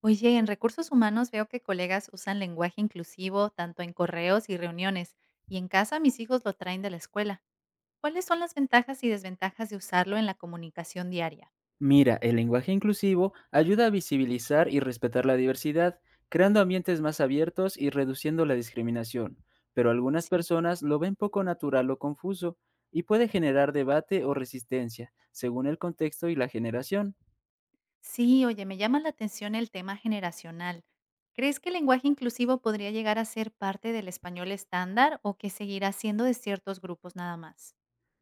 Oye, en recursos humanos veo que colegas usan lenguaje inclusivo tanto en correos y reuniones, y en casa mis hijos lo traen de la escuela. ¿Cuáles son las ventajas y desventajas de usarlo en la comunicación diaria? Mira, el lenguaje inclusivo ayuda a visibilizar y respetar la diversidad, creando ambientes más abiertos y reduciendo la discriminación, pero algunas Sí. personas lo ven poco natural o confuso y puede generar debate o resistencia, según el contexto y la generación. Sí, oye, me llama la atención el tema generacional. ¿Crees que el lenguaje inclusivo podría llegar a ser parte del español estándar o que seguirá siendo de ciertos grupos nada más?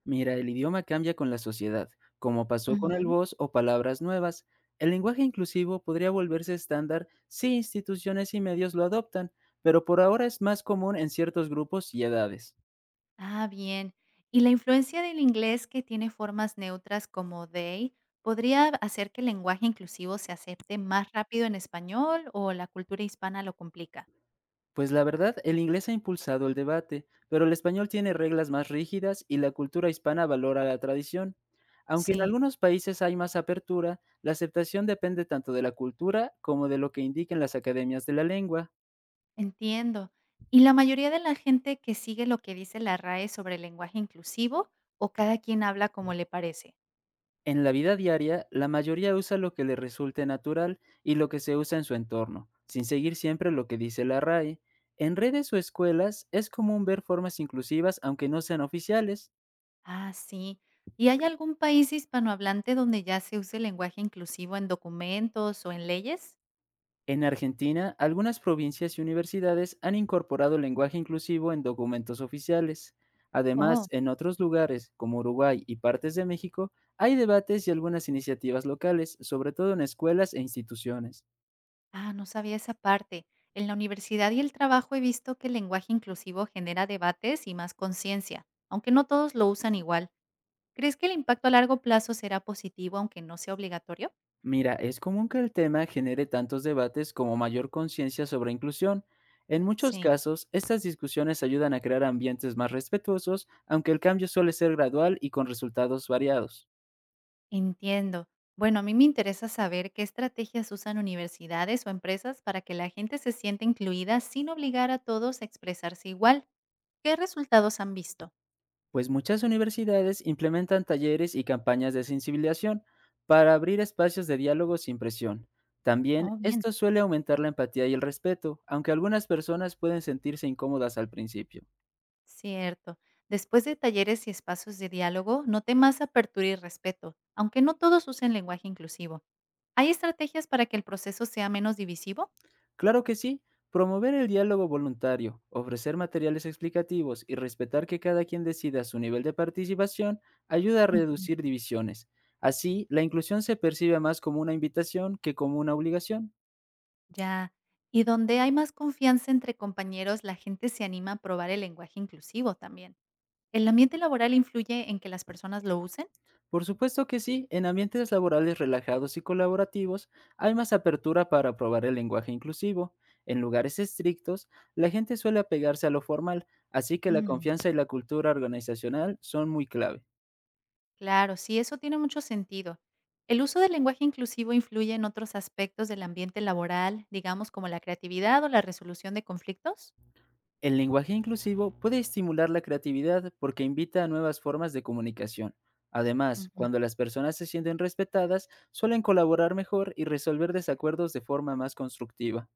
Mira, el idioma cambia con la sociedad, como pasó con el Ujú. voz o palabras nuevas. El lenguaje inclusivo podría volverse estándar si instituciones y medios lo adoptan, pero por ahora es más común en ciertos grupos y edades. Ah, bien. ¿Y la influencia del inglés que tiene formas neutras como they podría hacer que el lenguaje inclusivo se acepte más rápido en español o la cultura hispana lo complica? Pues la verdad, el inglés ha impulsado el debate, pero el español tiene reglas más rígidas y la cultura hispana valora la tradición. Aunque en Sí. algunos países hay más apertura, la aceptación depende tanto de la cultura como de lo que indiquen las academias de la lengua. Entiendo. ¿Y la mayoría de la gente que sigue lo que dice la RAE sobre el lenguaje inclusivo o cada quien habla como le parece? En la vida diaria, la mayoría usa lo que le resulte natural y lo que se usa en su entorno, sin seguir siempre lo que dice la RAE. En redes o escuelas es común ver formas inclusivas aunque no sean oficiales. Ah, sí. ¿Y hay algún país hispanohablante donde ya se use el lenguaje inclusivo en documentos o en leyes? En Argentina, algunas provincias y universidades han incorporado lenguaje inclusivo en documentos oficiales. Además, Oh. en otros lugares, como Uruguay y partes de México, hay debates y algunas iniciativas locales, sobre todo en escuelas e instituciones. Ah, no sabía esa parte. En la universidad y el trabajo he visto que el lenguaje inclusivo genera debates y más conciencia, aunque no todos lo usan igual. ¿Crees que el impacto a largo plazo será positivo aunque no sea obligatorio? Mira, es común que el tema genere tantos debates como mayor conciencia sobre inclusión. En muchos Sí, casos, estas discusiones ayudan a crear ambientes más respetuosos, aunque el cambio suele ser gradual y con resultados variados. entiendo. Bueno, a mí me interesa saber qué estrategias usan universidades o empresas para que la gente se sienta incluida sin obligar a todos a expresarse igual. ¿Qué resultados han visto? Pues muchas universidades implementan talleres y campañas de sensibilización para abrir espacios de diálogo sin presión. También Oh, bien. esto suele aumentar la empatía y el respeto, aunque algunas personas pueden sentirse incómodas al principio. Cierto. Después de talleres y espacios de diálogo, noté más apertura y respeto, aunque no todos usen lenguaje inclusivo. ¿Hay estrategias para que el proceso sea menos divisivo? Claro que sí, promover el diálogo voluntario, ofrecer materiales explicativos y respetar que cada quien decida su nivel de participación ayuda a Ujú. reducir divisiones. Así, la inclusión se percibe más como una invitación que como una obligación. Ya. Y donde hay más confianza entre compañeros, la gente se anima a probar el lenguaje inclusivo también. ¿El ambiente laboral influye en que las personas lo usen? Por supuesto que sí, en ambientes laborales relajados y colaborativos hay más apertura para probar el lenguaje inclusivo. En lugares estrictos, la gente suele apegarse a lo formal, así que la Mm. confianza y la cultura organizacional son muy clave. Claro, sí, eso tiene mucho sentido. ¿El uso del lenguaje inclusivo influye en otros aspectos del ambiente laboral, digamos como la creatividad o la resolución de conflictos? El lenguaje inclusivo puede estimular la creatividad porque invita a nuevas formas de comunicación. Además, Ujú. cuando las personas se sienten respetadas, suelen colaborar mejor y resolver desacuerdos de forma más constructiva.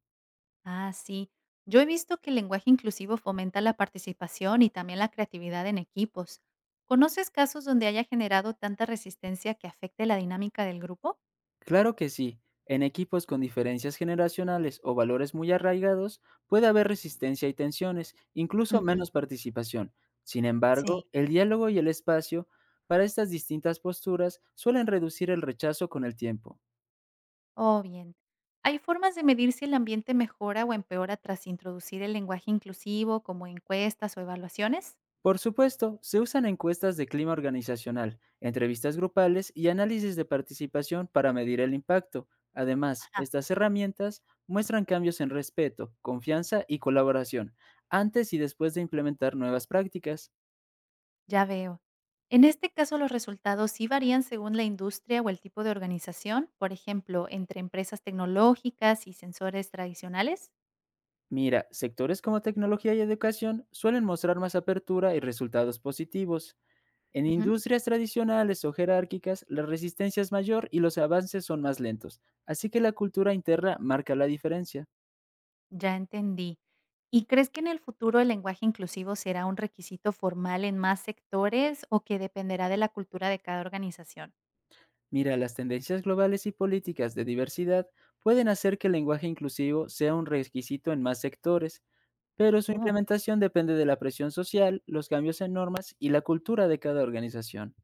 Ah, sí. Yo he visto que el lenguaje inclusivo fomenta la participación y también la creatividad en equipos. ¿Conoces casos donde haya generado tanta resistencia que afecte la dinámica del grupo? Claro que sí, en equipos con diferencias generacionales o valores muy arraigados puede haber resistencia y tensiones, incluso menos Ujú, participación. Sin sí. embargo, el diálogo y el espacio para estas distintas posturas suelen reducir el rechazo con el tiempo. Oh, bien. ¿Hay formas de medir si el ambiente mejora o empeora tras introducir el lenguaje inclusivo, como encuestas o evaluaciones? Por supuesto, se usan encuestas de clima organizacional, entrevistas grupales y análisis de participación para medir el impacto. Además, Ajá. estas herramientas muestran cambios en respeto, confianza y colaboración, antes y después de implementar nuevas prácticas. Ya veo. En este caso, los resultados sí varían según la industria o el tipo de organización, por ejemplo, entre empresas tecnológicas y sensores tradicionales. Mira, sectores como tecnología y educación suelen mostrar más apertura y resultados positivos. En Ujú. industrias tradicionales o jerárquicas, la resistencia es mayor y los avances son más lentos, así que la cultura interna marca la diferencia. Ya entendí. ¿Y crees que en el futuro el lenguaje inclusivo será un requisito formal en más sectores o que dependerá de la cultura de cada organización? Mira, las tendencias globales y políticas de diversidad pueden hacer que el lenguaje inclusivo sea un requisito en más sectores, pero su Oh, implementación depende de la presión social, los cambios en normas y la cultura de cada organización.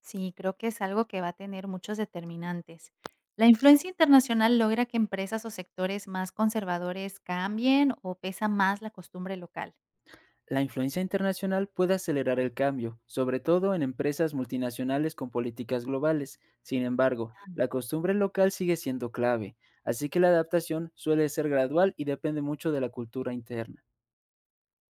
sí, creo que es algo que va a tener muchos determinantes. ¿La influencia internacional logra que empresas o sectores más conservadores cambien o pesa más la costumbre local? La influencia internacional puede acelerar el cambio, sobre todo en empresas multinacionales con políticas globales. Sin embargo, Ah, la costumbre local sigue siendo clave, así que la adaptación suele ser gradual y depende mucho de la cultura interna.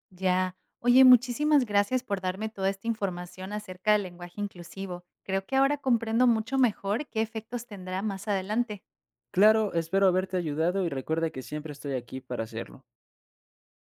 ya. Oye, muchísimas gracias por darme toda esta información acerca del lenguaje inclusivo. Creo que ahora comprendo mucho mejor qué efectos tendrá más adelante. Claro, espero haberte ayudado y recuerda que siempre estoy aquí para hacerlo.